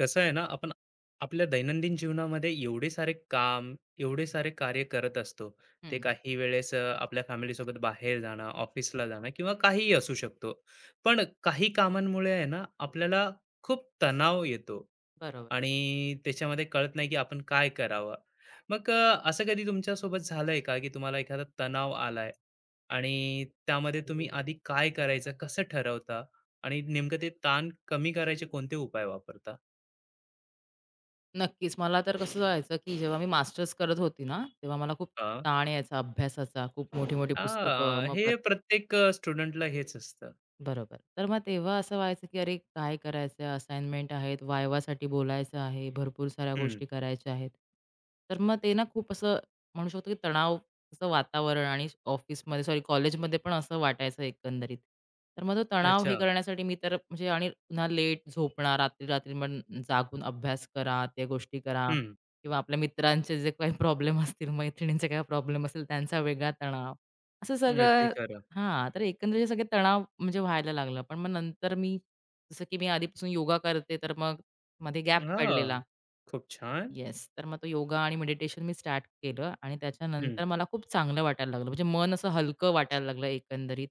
कसं आहे ना, आपण आपल्या दैनंदिन जीवनामध्ये एवढे सारे काम, एवढे सारे कार्य करत असतो. ते हं, काही वेळेस आपल्या फॅमिलीसोबत बाहेर जाणं, ऑफिसला जाणं किंवा काहीही असू शकतो. पण काही कामांमुळे आहे ना, आपल्याला खूप तणाव येतो बरोबर. आणि त्याच्यामध्ये कळत नाही, की आपण काय करावं? मग असं कधी तुमच्यासोबत झालंय का, की तुम्हाला एखादा तणाव आलाय आणि त्यामध्ये तुम्ही आधी काय करायचं, कसं ठरवता आणि नेमकं ते ताण कमी करायचे कोणते उपाय वापरता? नक्कीच. मला तर कसं व्हायचं, की जेव्हा मी मास्टर्स करत होती ना, तेव्हा मला खूप हां. ताण यायचा अभ्यासाचा. खूप मोठी-मोठी पुस्तकं हां, मग हे प्रत्येक स्टुडंटला हेच असतं. बरोबर. तर मग तेव्हा असं व्हायचं, की अरे काय करायचं आहे? असाइनमेंट आहेत, वायवासाठी बोलायचं आहे, भरपूर साऱ्या हं. गोष्टी करायच्या आहेत. तर मग ते ना खूप असं म्हणू शकतो, की तणावाचं वातावरण आणि ऑफिसमध्ये सॉरी कॉलेजमध्ये पण असं वाटायचं एकंदरीत. तर मग तो तणाव हे अच्छा. करण्यासाठी मी तर म्हणजे आणि पुन्हा लेट झोपणार, रात्री-रात्री मग जागून अभ्यास करा, त्या गोष्टी करा हं. किंवा आपल्या मित्रांचे जे काही प्रॉब्लेम असतील, मैत्रिणींचे काही प्रॉब्लेम असतील त्यांचा वेगळा तणाव. असं अगदी सगळं खरं. हां, तर एकंदरीत हे सगळे तणाव म्हणजे व्हायला लागला. पण मग नंतर मी जसं की मी आधीपासून योगा करते, तर मग मध्ये गॅप हां, पडलेला. खूप छान. येस. तर मग तो योगा आणि मेडिटेशन मी स्टार्ट केलं आणि हं. त्याच्यानंतर मला खूप चांगलं वाटायला लागलं. म्हणजे मन असं हलकं वाटायला लागलं एकंदरीत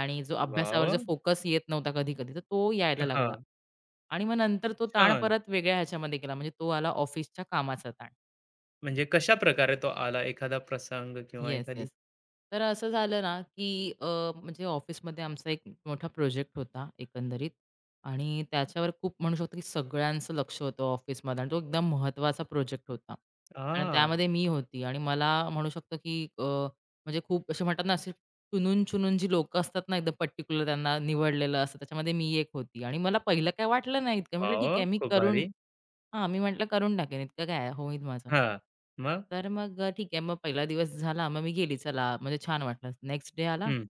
आणि जो वाह, अभ्यासावर जो वाह! फोकस येत नव्हता कधी-कधी, तर तो यायला लागला. हां, आणि मग नंतर खूप तो ताण छान. परत वेगळ्या ह्याच्यामध्ये गेला. म्हणजे तो आला ऑफिसच्या कामाचा ताण. म्हणजे कशाप्रकारे तो आला एखादा प्रसंग किंवा येस, येस. एखादी तर असं झालं ना, की म्हणजे ऑफिसमध्ये आमचा एक मोठा प्रोजेक्ट होता एकंदरीत आणि त्याच्यावर खूप म्हणू शकतो, की सगळ्यांचं लक्ष होतं ऑफिसमध्ये आणि तो एकदम महत्त्वाचा प्रोजेक्ट होता आणि हां, त्यामध्ये मी होती आणि मला म्हणू शकतो, की म्हणजे खूप असे म्हणतात ना, अशी चुनून-चुनून जी लोकं असतात ना, एकदम पर्टिक्युलर त्यांना निवडलेलं असतं, त्याच्यामध्ये मी एक होती आणि मला पहिलं काय वाटलं नाही इतकं. म्हटलं वाह, ठीक वाह! आहे, मी खूप करून भारी. हां, मी म्हटलं करून टाकेन इतकं काय आहे, होईल माझं. हां, मग? तर मग ठीक आहे. मग पहिला दिवस झाला, मग मी गेली चला म्हणजे छान वाटलं. नेक्स्ट डे आला हं,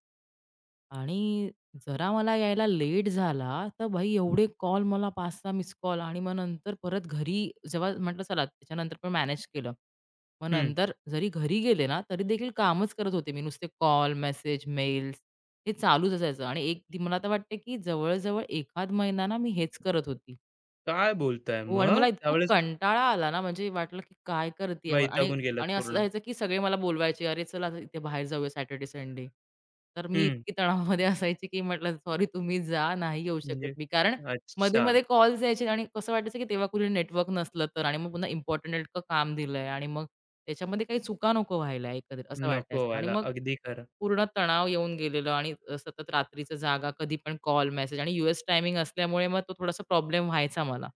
आणि जरा मला यायला लेट झाला, तर भाई एवढे कॉल मला 5-6 मिस कॉल आणि मग नंतर परत घरी जेव्हा म्हटलं चला त्याच्यानंतर पण मॅनेज केलं. मग हं. नंतर जरी घरी गेले ना, तरी देखील कामच करत होते मी. नुसते कॉल, मेसेज, मेल्स हे चालूच असायचं आणि एक ती मला तर वाटते, की जवळ एखाद महिना ना मी हेच करत होती. काय बोलताय हो आणि मग? मला इतका त्यावेळेस कंटाळा आला ना, म्हणजे वाटलं की काय करतीये मग आणि वैतागून गेलात आणि असं पूर्ण. व्हायचं की सगळे मला बोलवायचे, "अरे चला आता इथे बाहेर जाऊया सॅटर्डे, संडे." तर मी हं. इतकी तणावामध्ये असायची की म्हटलं, "सॉरी तुम्ही जा, नाही येऊ शकत म्हणजे मी." कारण अच्छा, मध्ये-मध्ये कॉल्स यायचे आणि कसं वाटायचं की तेव्हा कुठे नेटवर्क नसलं तर आणि मग पुन्हा इम्पोर्टंट नेटकं काम दिलंय आणि मग त्याच्यामध्ये काही चुका नको व्हायला एकंदरीत असं नको वाटायचं आणि व्हायला. मग अगदी खरं. पूर्ण तणाव येऊन गेलेलं आणि सतत रात्रीचं जागा, कधी पण कॉल, मेसेज आणि यूएस टायमिंग असल्यामुळे मग तो थोडासा प्रॉब्लेम व्हायचा मला.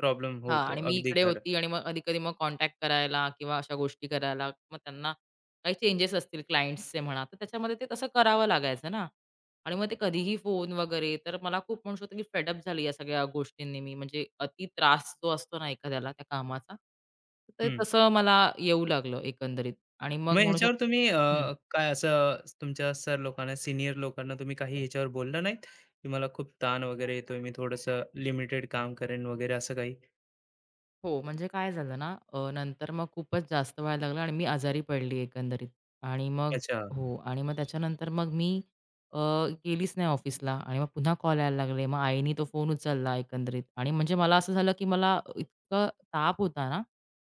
प्रॉब्लेम हां. आणि होतो. मी अगदी इकडे खरं. होती आणि मग कधी-कधी मग कॉन्टॅक्ट करायला किंवा अशा गोष्टी करायला मग त्यांना काही चेंजेस असतील क्लायंट्सचे म्हणा, तर त्याच्यामध्ये ते तसं करावं लागायचं ना. आणि मग ते कधीही फोन वगैरे तर मला खूप म्हणू शकतो, की फेडअप झाली या सगळ्या गोष्टींनी मी. म्हणजे अति त्रास जो असतो ना एखाद्याला त्या कामाचा, तर ते हं. तसं मला येऊ लागलं एकंदरीत आणि मग मग म्हणू शक ह्याच्यावर तुम्ही काय असं तुमच्या सर लोकांना, सीनियर लोकांना तुम्ही काही ह्याच्यावर बोलला नाहीत? की मला खूप ताण वगैरे येतोय, मी थोडंसं लिमिटेड काम करेन वगैरे असं काही? हो, म्हणजे काय झालं ना, नंतर मग खूपच जास्त व्हायला लागलं आणि मी आजारी पडली एकंदरीत आणि मग अच्छा. हो आणि मग त्याच्यानंतर मग मी अ, गेलीच नाही ऑफिसला आणि मग पुन्हा कॉल यायला लागले. मग आईनी तो फोन उचलला एकंदरीत आणि म्हणजे मला असं झालं, की मला इतका ताप होता ना,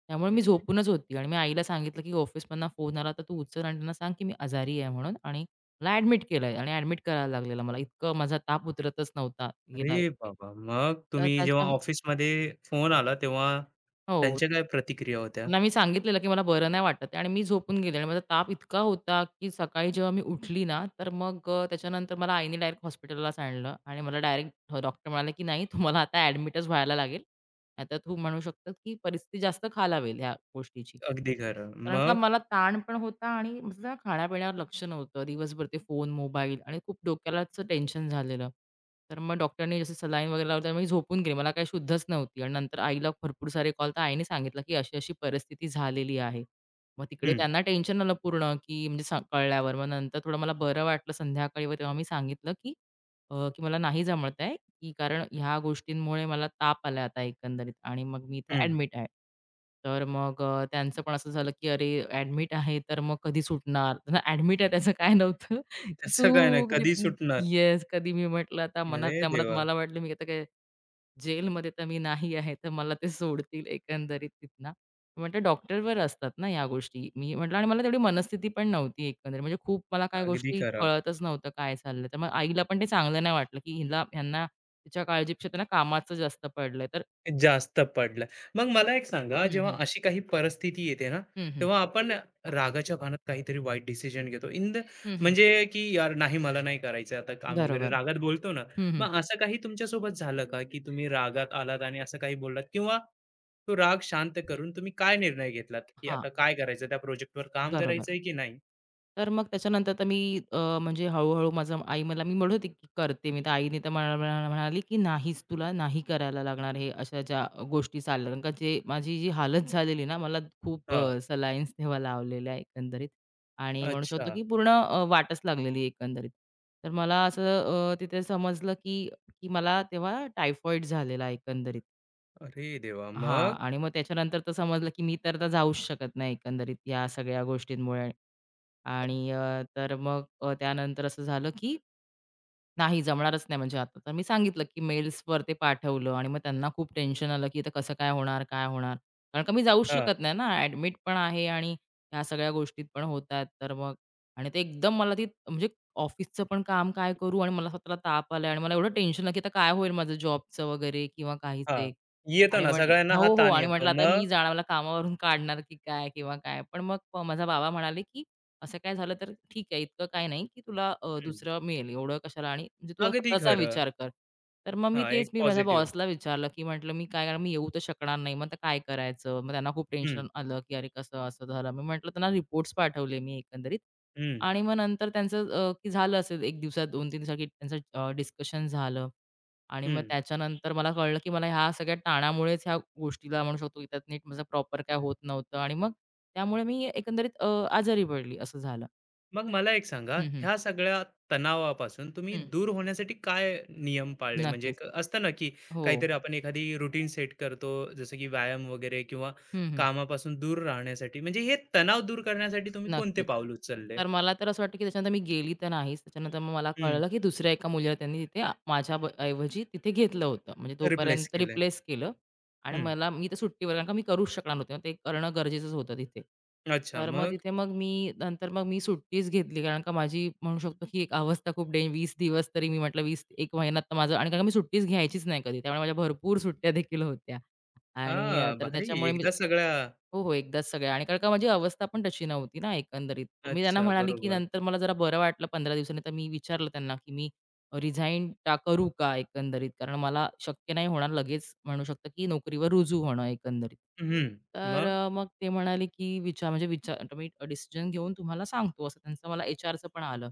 त्यामुळे मी झोपूनच होती आणि मी आईला सांगितलं, की ऑफिसमधनं फोन आला, तर तू उचल आणि त्यांना सांग, की मी आजारी आहे म्हणून आणि मला ॲडमिट केलंय आणि ॲडमिट करायला लागलेलं मला. इतकं माझा ताप उतरतच नव्हता गेला. अरे बाबा! मग तर तुम्ही जेव्हा त्याच्या ऑफिसमध्ये फोन आला तेव्हा हो. त्यांच्या काय प्रतिक्रिया होत्या? त्यांना मी सांगितलेलं, की मला बरं नाही वाटत आहे आणि मी झोपून गेले आणि माझा ताप इतका होता, की सकाळी जेव्हा मी उठली ना, तर मग त्याच्यानंतर मला आईने डायरेक्ट हॉस्पिटललाच आणलं आणि मला डायरेक्ट डॉक्टर म्हणाले, की "नाही, तुम्हाला आता ॲडमिटच व्हायला लागेल. नाहीतर तू म्हणू शकतो, की परिस्थिती जास्त खालावेल ह्या गोष्टीची." अगदी खरं. कारण का मग? मला ताण पण होता आणि माझं ना खाण्यापिण्यावर लक्ष नव्हतं. दिवसभर ते फोन, मोबाईल आणि खूप डोक्यालाच टेन्शन झालेलं. तर मग डॉक्टरनी जसे सलाईन वगैरे लावली त्यामुळे मी झोपून गेले. मला काही शुद्धच नव्हती आणि नंतर आईला भरपूर सारे कॉल तर आईने सांगितलं, की अशी-अशी परिस्थिती झालेली आहे. मग तिकडे हं, त्यांना टेन्शन आलं पूर्ण, की म्हणजे सा कळल्यावर. मग नंतर थोडं मला बरं वाटलं संध्याकाळी, व तेव्हा मी सांगितलं, की की मला नाही जमत आहे. की कारण ह्या गोष्टींमुळे मला ताप आला आता एकंदरीत आणि मग मी इथे हं. ॲडमिट आहे. तर मग त्यांचं पण असं झालं की "अरे, ॲडमिट आहे तर मग कधी सुटणार?" ॲडमिट आहे त्याचं काय नव्हतं. की तसं काय नाही. तू कधी सुटणार? येस, कधी मी म्हटलं आता अरे मनातल्या मनात देवा! मला वाटलं मी आता काय जेलमध्ये तर मी नाही आहे, तर मला ते सोडतील एकंदरीत तिथनं. म्हटलं डॉक्टरवर असतात ना या गोष्टी. मी म्हटलं आणि मला तेवढी मनस्थिती पण नव्हती एकंदरीत. म्हणजे खूप मला काय अगदी गोष्टी खरं. कळतच नव्हतं काय चाललंय. तर मग आईला पण ते चांगलं नाही वाटलं, की हिला ह्यांना तिच्या काळजीपेक्षा त्यांना कामाचं जास्त पडलंय. तर जास्त पडलं. मग मला एक सांगा, हं, जेव्हा हं. अशी काही परिस्थिती येते ना, हं, हं. तेव्हा आपण रागाच्या भानात काहीतरी वाईट डिसिजन घेतो. इन द हं, हं. म्हणजे की यार नाही मला नाही करायचं आता काम वगैरे बरोबर. रागात बोलतो ना. हं, हं. मग असं काही तुमच्यासोबत झालं का, की तुम्ही रागात आलात आणि असं काही बोललात किंवा तो राग शांत करून तुम्ही काय निर्णय घेतलात, की हां, आता काय करायचं त्या प्रोजेक्टवर काम बरोबर. करायचंय की नाही? तर मग त्याच्यानंतर तर मी अ, म्हणजे हळू-हळू माझं आई मला मी म्हणत होती, की करते मी. तर आईने तर मला मला म्हणाली, की "नाहीच, तुला नाही करायला लागणार हे अशा ज्या गोष्टी चालल्या." कारण का जे माझी जी हालत झालेली ना, मला खूप हां. सलाईन्स तेव्हा लावलेल्या एकंदरीत आणि म्हणू शकतो, अच्छा. की पूर्ण वाटच लागलेली एकंदरीत. तर मला असं तिथे समजलं, की की मला तेव्हा टायफॉईड झालेला एकंदरीत. अरे देवा! हां मग? आणि मग त्याच्यानंतर तर समजलं, की मी तर आता जाऊच शकत नाही एकंदरीत या सगळ्या गोष्टींमुळे. आणि तर मग त्यानंतर असं झालं, की नाही जमणारच नाही म्हणजे आता. तर मी सांगितलं, की मेल्सवर ते पाठवलं आणि मग त्यांना खूप टेन्शन आलं, की आता कसं काय होणार, काय होणार? कारण का मी जाऊच हां, शकत नाही ना, ॲडमिट पण आहे आणि ह्या सगळ्या गोष्टीत पण होतात. तर मग आणि ते एकदम मला ती म्हणजे ऑफिसचं पण काम काय करू आणि मला स्वतःला ताप आलाय आणि मला एवढं टेन्शन आलं, की आता काय होईल माझं जॉबचं वगैरे किंवा काहीच हां. येतो आणि ना म्हटलं सगळ्यांना हा हो, हो. ताण आणि येतो. म्हटलं आता मी मग? जाणार मला कामावरून काढणार की काय किंवा काय. पण मग प माझा बाबा म्हणाले, की "असं काय झालं तर ठीक आहे, इतकं काही नाही, की तुला हं. दुसरं मिळेल. एवढं कशाला आणि म्हणजे तू अगदी स्वतःचा खरं. विचार कर." तर मग मी हां, तेच एक मी माझ्या पॉझिटिव्ह. बॉसला विचारलं, की म्हटलं, "मी काय कारण मी येऊ तर शकणार नाही. मग आता काय करायचं?" मग त्यांना खूप हं, टेन्शन आलं, की "अरे, कसं असं झालं?" मी म्हटलं त्यांना रिपोर्ट्स पाठवले मी एकंदरीत. हं, आणि मग नंतर त्यांचं की झालं असेल 1 दिवसात, 2-3 दिवसात की त्यांचं डिस्कशन झालं. आणि मग हं. त्याच्यानंतर मला कळलं, की मला ह्या सगळ्या ताणामुळेच ह्या गोष्टीला म्हणू शकतो, की त्यात नीट माझं प्रॉपर काय होत नव्हतं आणि मग त्यामुळे मी एकंदरीत आजारी पडली असं झालं. मग मला एक सांगा, हं, हं. ह्या सगळ्या तणावापासून तुम्ही हं. दूर होण्यासाठी काय नियम पाळले? म्हणजे नक्कीच. क असतं ना, की हो. काहीतरी आपण एखादी रुटीन सेट करतो, जसं की व्यायाम वगैरे किंवा हं, हं. कामापासून दूर राहण्यासाठी. म्हणजे हे तणाव दूर करण्यासाठी तुम्ही कोणते नक्कीच. पाऊल उचलले? तर मला तर असं वाटतं, की त्याच्यानंतर मी गेली तर नाहीच. हं. त्याच्यानंतर मग मला हं, कळलं, की दुसऱ्या एका मुलीला त्यांनी तिथे आ माझ्या ब ऐवजी तिथे घेतलं होतं. म्हणजे रिप्लेस तोपर्यंत केले. रिप्लेस केलं आणि हं, मला मी तर सुट्टीवर कारण का मी करूच शकणार होते मग ते करणं गरजेचंच होतं तिथे. अच्छा तर मग मग? तिथे मग मी नंतर मग मी सुट्टीच घेतली. कारण का माझी म्हणू शकतो, की एक अवस्था खूप डें 20 दिवस तरी मी म्हटलं 20 1 महिना तर माझं आणि कारण का मी सुट्टीच घ्यायचीच नाही कधी. त्यामुळे माझ्या भरपूर सुट्ट्या देखील होत्या आणि हां, तर भारी. त्याच्यामुळे मी एकदा सगळ्या हो, हो. एकदाच सगळ्या आणि कारण का माझी अवस्था पण तशी नव्हती ना एकंदरीत. तर मी त्यांना अच्छा, म्हणाले, की बरोबर. नंतर मला जरा बरं वाटलं 15 दिवसांनी. तर मी विचारलं त्यांना, की मी रिझाइन टा करू का एकंदरीत? कारण मला शक्य नाही होणार लगेच म्हणू शकता, की नोकरीवर रुजू होणं एकंदरीत. हं, तर मग? मग ते म्हणाले, की विचार म्हणजे विचार मी डिसिजन घेऊन तुम्हाला सांगतो असं त्यांचं मला एचआरचं पण आलं.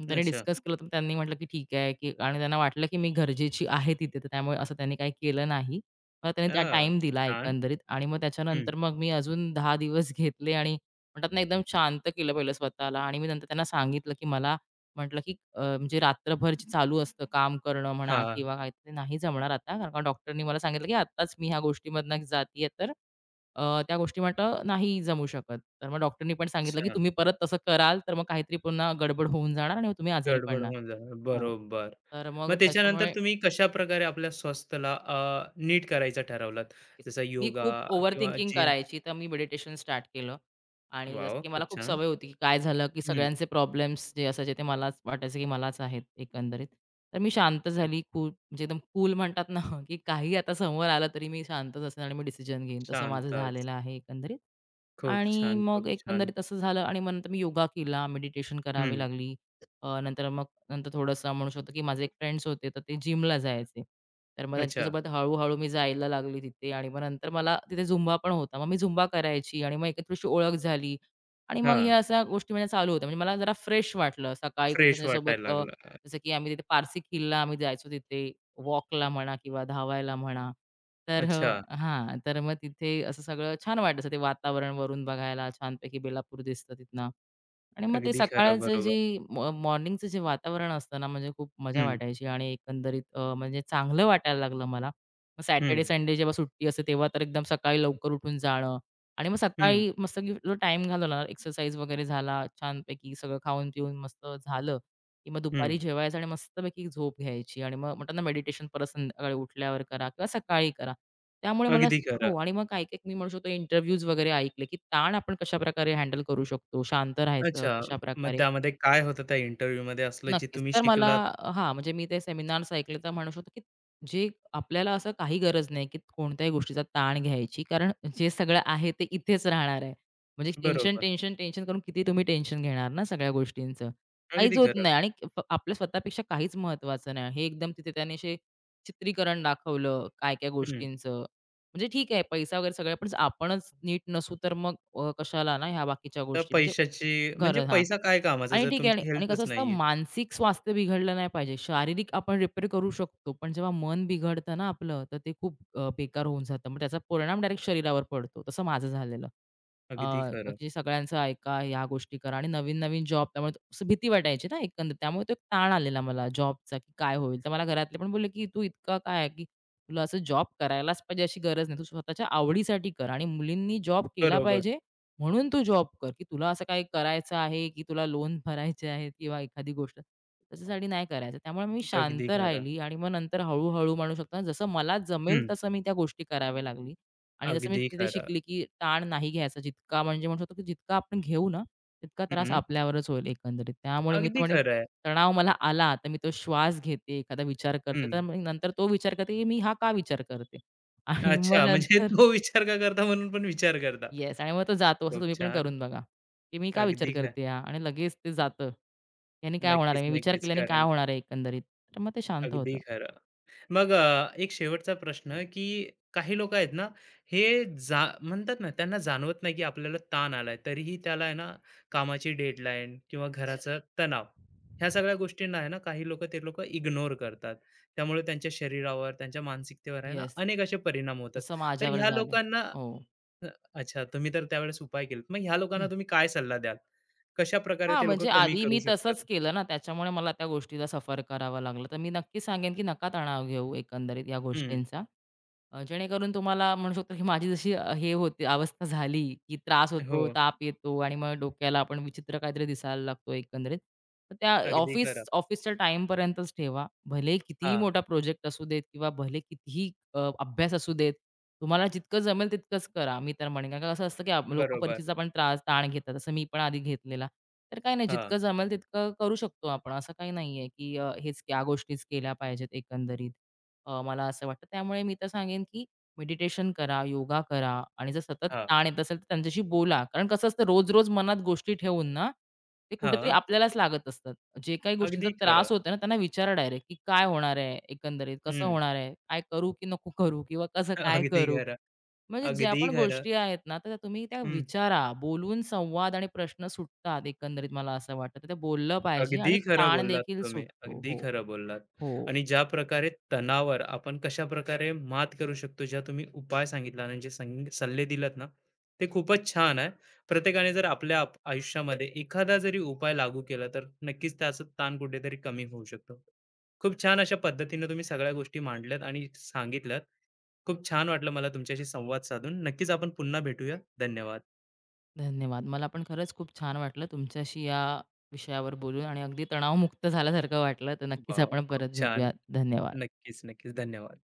मग त्याने अच्छा. डिस्कस केलं, तर त्यांनी म्हटलं, की "ठीक आहे," की आणि त्यांना वाटलं, की मी गरजेची आहे तिथे, तर त्यामुळे असं त्यांनी काही केलं नाही. मग त्यांनी त्या हां, टाईम दिला छान. एकंदरीत आणि मग हं, त्याच्यानंतर मग मी अजून 10 दिवस घेतले आणि म्हणतात ना, एकदम शांत केलं पहिलं स्वतःला आणि मी नंतर त्यांना सांगितलं, की मला म्हटलं, की म्हणजे रात्रभर जे चालू असतं काम करणं म्हणा हां, किंवा काही ते नाही जमणार आता, कारण का डॉक्टरनी मला सांगितलं, की आत्ताच मी ह्या गोष्टीमधनं जातीये, तर त्या गोष्टी म्हटलं नाही जमू शकत. तर मग डॉक्टरनी पण सांगितलं, की अच्छा. तुम्ही परत तसं कराल, तर मग काहीतरी पुन्हा गडबड होऊन जाणार आणि मग तुम्ही आजारी गडबड पडणार. होऊन जाणार. हो. बरोबर. तर मग मग त्याच्यानंतर त्याच्यामुळे तुम्ही कशाप्रकारे आपल्या स्वास्थ्याला नीट करायचं ठरवलात? नक्कीच. जसं मी योगा खूप ओव्हर किंवा थिंकिंग जिम. करायची, तर मी मेडिटेशन स्टार्ट केलं आणि जसं वॉव! की मला खूप खूप छान. सवय होती, की काय झालं, की हं. सगळ्यांचे प्रॉब्लेम्स जे असायचे ते मलाच वाटायचं, की मलाच आहेत एकंदरीत. तर मी शांत झाली, कूल म्हणजे एकदम कूल म्हणतात ना, की काही आता समोर आलं तरी मी शांतच असेन आणि मी डिसिजन घेईन. तसं माझं शांतच. झालेलं आहे एकंदरीत. खूप आणि छान, खूप मग छान. एकंदरीत असं झालं आणि मग नंतर मी योगा केला, मेडिटेशन करावी हं. लागली. नंतर मग नंतर थोडंसं म्हणू शकतो, की माझे एक फ्रेंड्स होते, तर ते जिमला जायचे. तर मग अच्छा. त्यांच्यासोबत हळू-हळू मी जायला लागली तिथे आणि मग नंतर मला तिथे झुंबा पण होता. मग मी झुंबा करायची आणि मग एकत्रशी ओळख झाली आणि मग ह्या हां. अशा गोष्टी म्हणजे चालू होत्या. म्हणजे मला जरा फ्रेश वाटलं. सकाळी कुठे फ्रेश त्याच्यासोबत वाटायला लागलं. जसं की आम्ही तिथे पारसी खिल्ला आम्ही जायचो तिथे वॉकला म्हणा किंवा धावायला म्हणा. तर अच्छा. हां, तर मग तिथे असं सगळं छान वाटायचं ते वातावरण वरून बघायला छानपैकी बेलापूर दिसतं तिथनं. आणि मग ते अगदी खरं. सकाळचं जी बरोबर. मॉर्निंगचं जे वातावरण असतं ना, म्हणजे खूप मजा हं, वाटायची आणि एकंदरीत म्हणजे चांगलं वाटायला लागलं मला. मग सॅटर्डे, हं, संडे जेव्हा सुट्टी असते तेव्हा तर एकदम सकाळी लवकर उठून जाणं आणि मग हं, सकाळी मस्त की घालवला, एक्सरसाइज वगैरे झाला, छानपैकी सगळं खाऊन-पिऊन मस्त झालं. की मग दुपारी हं. जेवायचं आणि मस्तपैकी झोप घ्यायची आणि मग म्हणतात ना मेडिटेशन परत संध्याकाळी उठल्यावर करा किंवा सकाळी करा. त्यामुळे मला अगदी खरं. हो आणि मग काही-काही मी म्हणू शकतो इंटरव्ह्यूज वगैरे ऐकले, की ताण आपण कशाप्रकारे हँडल करू शकतो, शांत राहायचं अच्छा. मग कशाप्रकारे. त्यामध्ये काय होतं त्या इंटरव्ह्यूमध्ये असलं जे नक्कीच. तुम्ही तर मला शिकलात? हां, म्हणजे मी ते सेमिनार्स ऐकले तर म्हणू शकतो, की जे आपल्याला असं काही गरज नाही, की कोणत्याही गोष्टीचा ताण घ्यायची. कारण जे सगळं आहे ते इथेच राहणार आहे. म्हणजे टेन्शन, बरोबर. टेन्शन, टेन्शन करून किती तुम्ही टेन्शन घेणार ना सगळ्या गोष्टींचं. काहीच अगदी होत खरं. नाही आणि आपल्या स्वतःपेक्षा काहीच महत्त्वाचं नाही. हे एकदम तिथे त्याने असे चित्रीकरण दाखवलं काय-काय हं. गोष्टींचं. म्हणजे ठीक आहे पैसा वगैरे सगळं पण आपणच नीट नसू तर मग कशाला ना ह्या बाकीच्या तर गोष्टी म्हणजे पैशाची घर म्हणजे हां. पैसा काय कामाचा आणि जर ठीक आहे आणि तुमची आणि कसं हेल्थच असतं नाहीये. मानसिक स्वास्थ्य बिघडलं नाही पाहिजे. शारीरिक आपण रिपेअर करू शकतो, पण जेव्हा मन बिघडतं ना आपलं, तर ते खूप बेकार होऊन जातं. मग त्याचा परिणाम डायरेक्ट शरीरावर पडतो. तसं माझं झालेलं. अगदी खरं. म्हणजे सगळ्यांचं ऐका, ह्या गोष्टी करा आणि नवीन-नवीन जॉब त्यामुळे असं भीती वाटायची ना एकंदरीत. त्यामुळे तो एक ताण आलेला मला जॉबचा, की काय होईल? तर मला घरातले पण बोलले, की "तू इतका काय आहे, की तुला असं जॉब करायलाच पाहिजे अशी गरज नाही. तू स्वतःच्या आवडीसाठी कर आणि मुलींनी जॉब केला बरोबर. पाहिजे म्हणून तू जॉब कर, की तुला असं काही करायचं आहे, की तुला लोन भरायचे आहेत किंवा एखादी गोष्ट त्याच्यासाठी नाही करायचं. त्यामुळे मी अगदी शांत खरं. राहिली आणि मग नंतर हळू-हळू म्हणू शकतो ना, जसं मला जमेल हं. तसं मी त्या गोष्टी कराव्या लागली आणि जसं मी अगदी तिथे खरं. शिकली, की ताण नाही घ्यायचा. जितका म्हणजे म्हणू शकतो, की जितका आपण घेऊ ना, तितका त्रास हं. आपल्यावरच होईल एकंदरीत. त्यामुळे मी तर अगदी म्हणेन खरं आहे. तणाव मला आला, तर मी तो श्वास घेते, एखादा विचार करते, तर हं. मग नंतर तो विचार करते, की मी हा का विचार करते? आणि मग अच्छा म्हणजे नंतर तो विचार का करता म्हणून पण विचार करता. येस आणि मग तो जातो असं खूप तुम्ही पण छान. करून बघा, की मी का विचार अगदी खरं. करते हा आणि लगेच ते जातं. याने काय होणार नक्कीच, आहे? मी विचार नक्कीच. केल्याने काय कारण होणार आहे एकंदरीत? तर मग ते शांत होतं. अगदी खरं. मग एक शेवटचा प्रश्न, की काही लोकं आहेत ना, हे जा म्हणतात ना, त्यांना जाणवत नाही, की आपल्याला ताण आलाय. तरीही त्याला आहे ना, कामाची डेडलाईन किंवा घराचा तणाव, ह्या सगळ्या गोष्टींना आहे ना, काही लोकं ते लोकं इग्नोर करतात. त्यामुळे त्यांच्या शरीरावर, त्यांच्या मानसिकतेवर आहे ना, येस. अनेक असे परिणाम होतात. जसं तर माझ्यावर ह्या झालंय. लोकांना हो. अ, अच्छा, तुम्ही तर त्यावेळेस उपाय केलेत. मग ह्या लोकांना हं. तुम्ही काय सल्ला द्याल? कशाप्रकारे हां, ते लोकं म्हणजे कमी आधी करू मी शकतात? तसंच केलं ना, त्याच्यामुळे मला त्या गोष्टीला सफर करावं लागलं. तर मी नक्की सांगेन, की नका तणाव घेऊ एकंदरीत या हं. गोष्टींचा. जेणेकरून तुम्हाला म्हणू शकतो, की माझी जशी हे होते अवस्था झाली, की त्रास हो, होतो, ताप येतो आणि मग डोक्याला आपण विचित्र काहीतरी दिसायला लागतो एकंदरीत. तर त्या अगदी खरं. ऑफिसच्या टाईमपर्यंतच ठेवा. भले कितीही हां, मोठा प्रोजेक्ट असू देत किंवा भले कितीही अभ्यास असू देत. तुम्हाला जितकं जमेल तितकंच करा. मी तर म्हणेन. कारण का असं असतं, की आप बरोबर. परीक्षेचा पण त्रास ताण घेतात. जसं मी पण आधी घेतलेला. तर काही नाही हां, जितकं जमेल तितकं करू शकतो आपण. असं काही नाहीये, की हेच या गोष्टीच केल्या पाहिजेत एकंदरीत. मला असं वाटतं. त्यामुळे मी तर सांगेन, की मेडिटेशन करा, योगा करा आणि जर सतत हां. ताण येत असेल, तर त्यांच्याशी बोला. कारण कसं असतं रोज-रोज मनात गोष्टी ठेवून ना, ते कुठेतरी हां, आपल्यालाच लागत असतात. जे काही गोष्टींचा अगदी खरं. त्रास होतो ना, त्यांना विचारा डायरेक्ट, की काय होणार आहे एकंदरीत? कसं हं. होणार आहे? काय करू की नको करू? किंवा कसं काय अगदी करू? खरं, म्हणजे ज्या अगदी पण खरं. गोष्टी आहेत ना, तर त्या तुम्ही त्या हं. विचारा. बोलून संवाद आणि प्रश्न सुटतात एकंदरीत मला असं वाटतं. तर ते बोललं पाहिजे अगदी आणि खरं ताण बोललात देखील तुम्ही. सुटतो. अगदी हो, खरं बोललात हो. आणि ज्या प्रकारे तणावावर आपण कशाप्रकारे मात करू शकतो, ज्या तुम्ही उपाय सांगितला आणि जे संग सल्ले दिलेत ना, ते खूपच छान आहे. प्रत्येकाने जर आपल्या आप आयुष्यामध्ये एखादा जरी उपाय लागू केला, तर नक्कीच त्याचा ताण कुठेतरी कमी होऊ शकतो. खूप छान अशा पद्धतीने तुम्ही सगळ्या गोष्टी मांडल्यात आणि सांगितल्यात. खूप छान वाटलं मला तुमच्याशी संवाद साधून. नक्कीच आपण पुन्हा भेटूया. धन्यवाद. धन्यवाद. मला पण खरंच खूप छान वाटलं तुमच्याशी या विषयावर बोलून आणि अगदी तणावमुक्त झाल्यासारखं वाटलं. तर नक्कीच वॉव! आपण खूप परत छान. भेटूयात. धन्यवाद. नक्कीच, नक्कीच. धन्यवाद.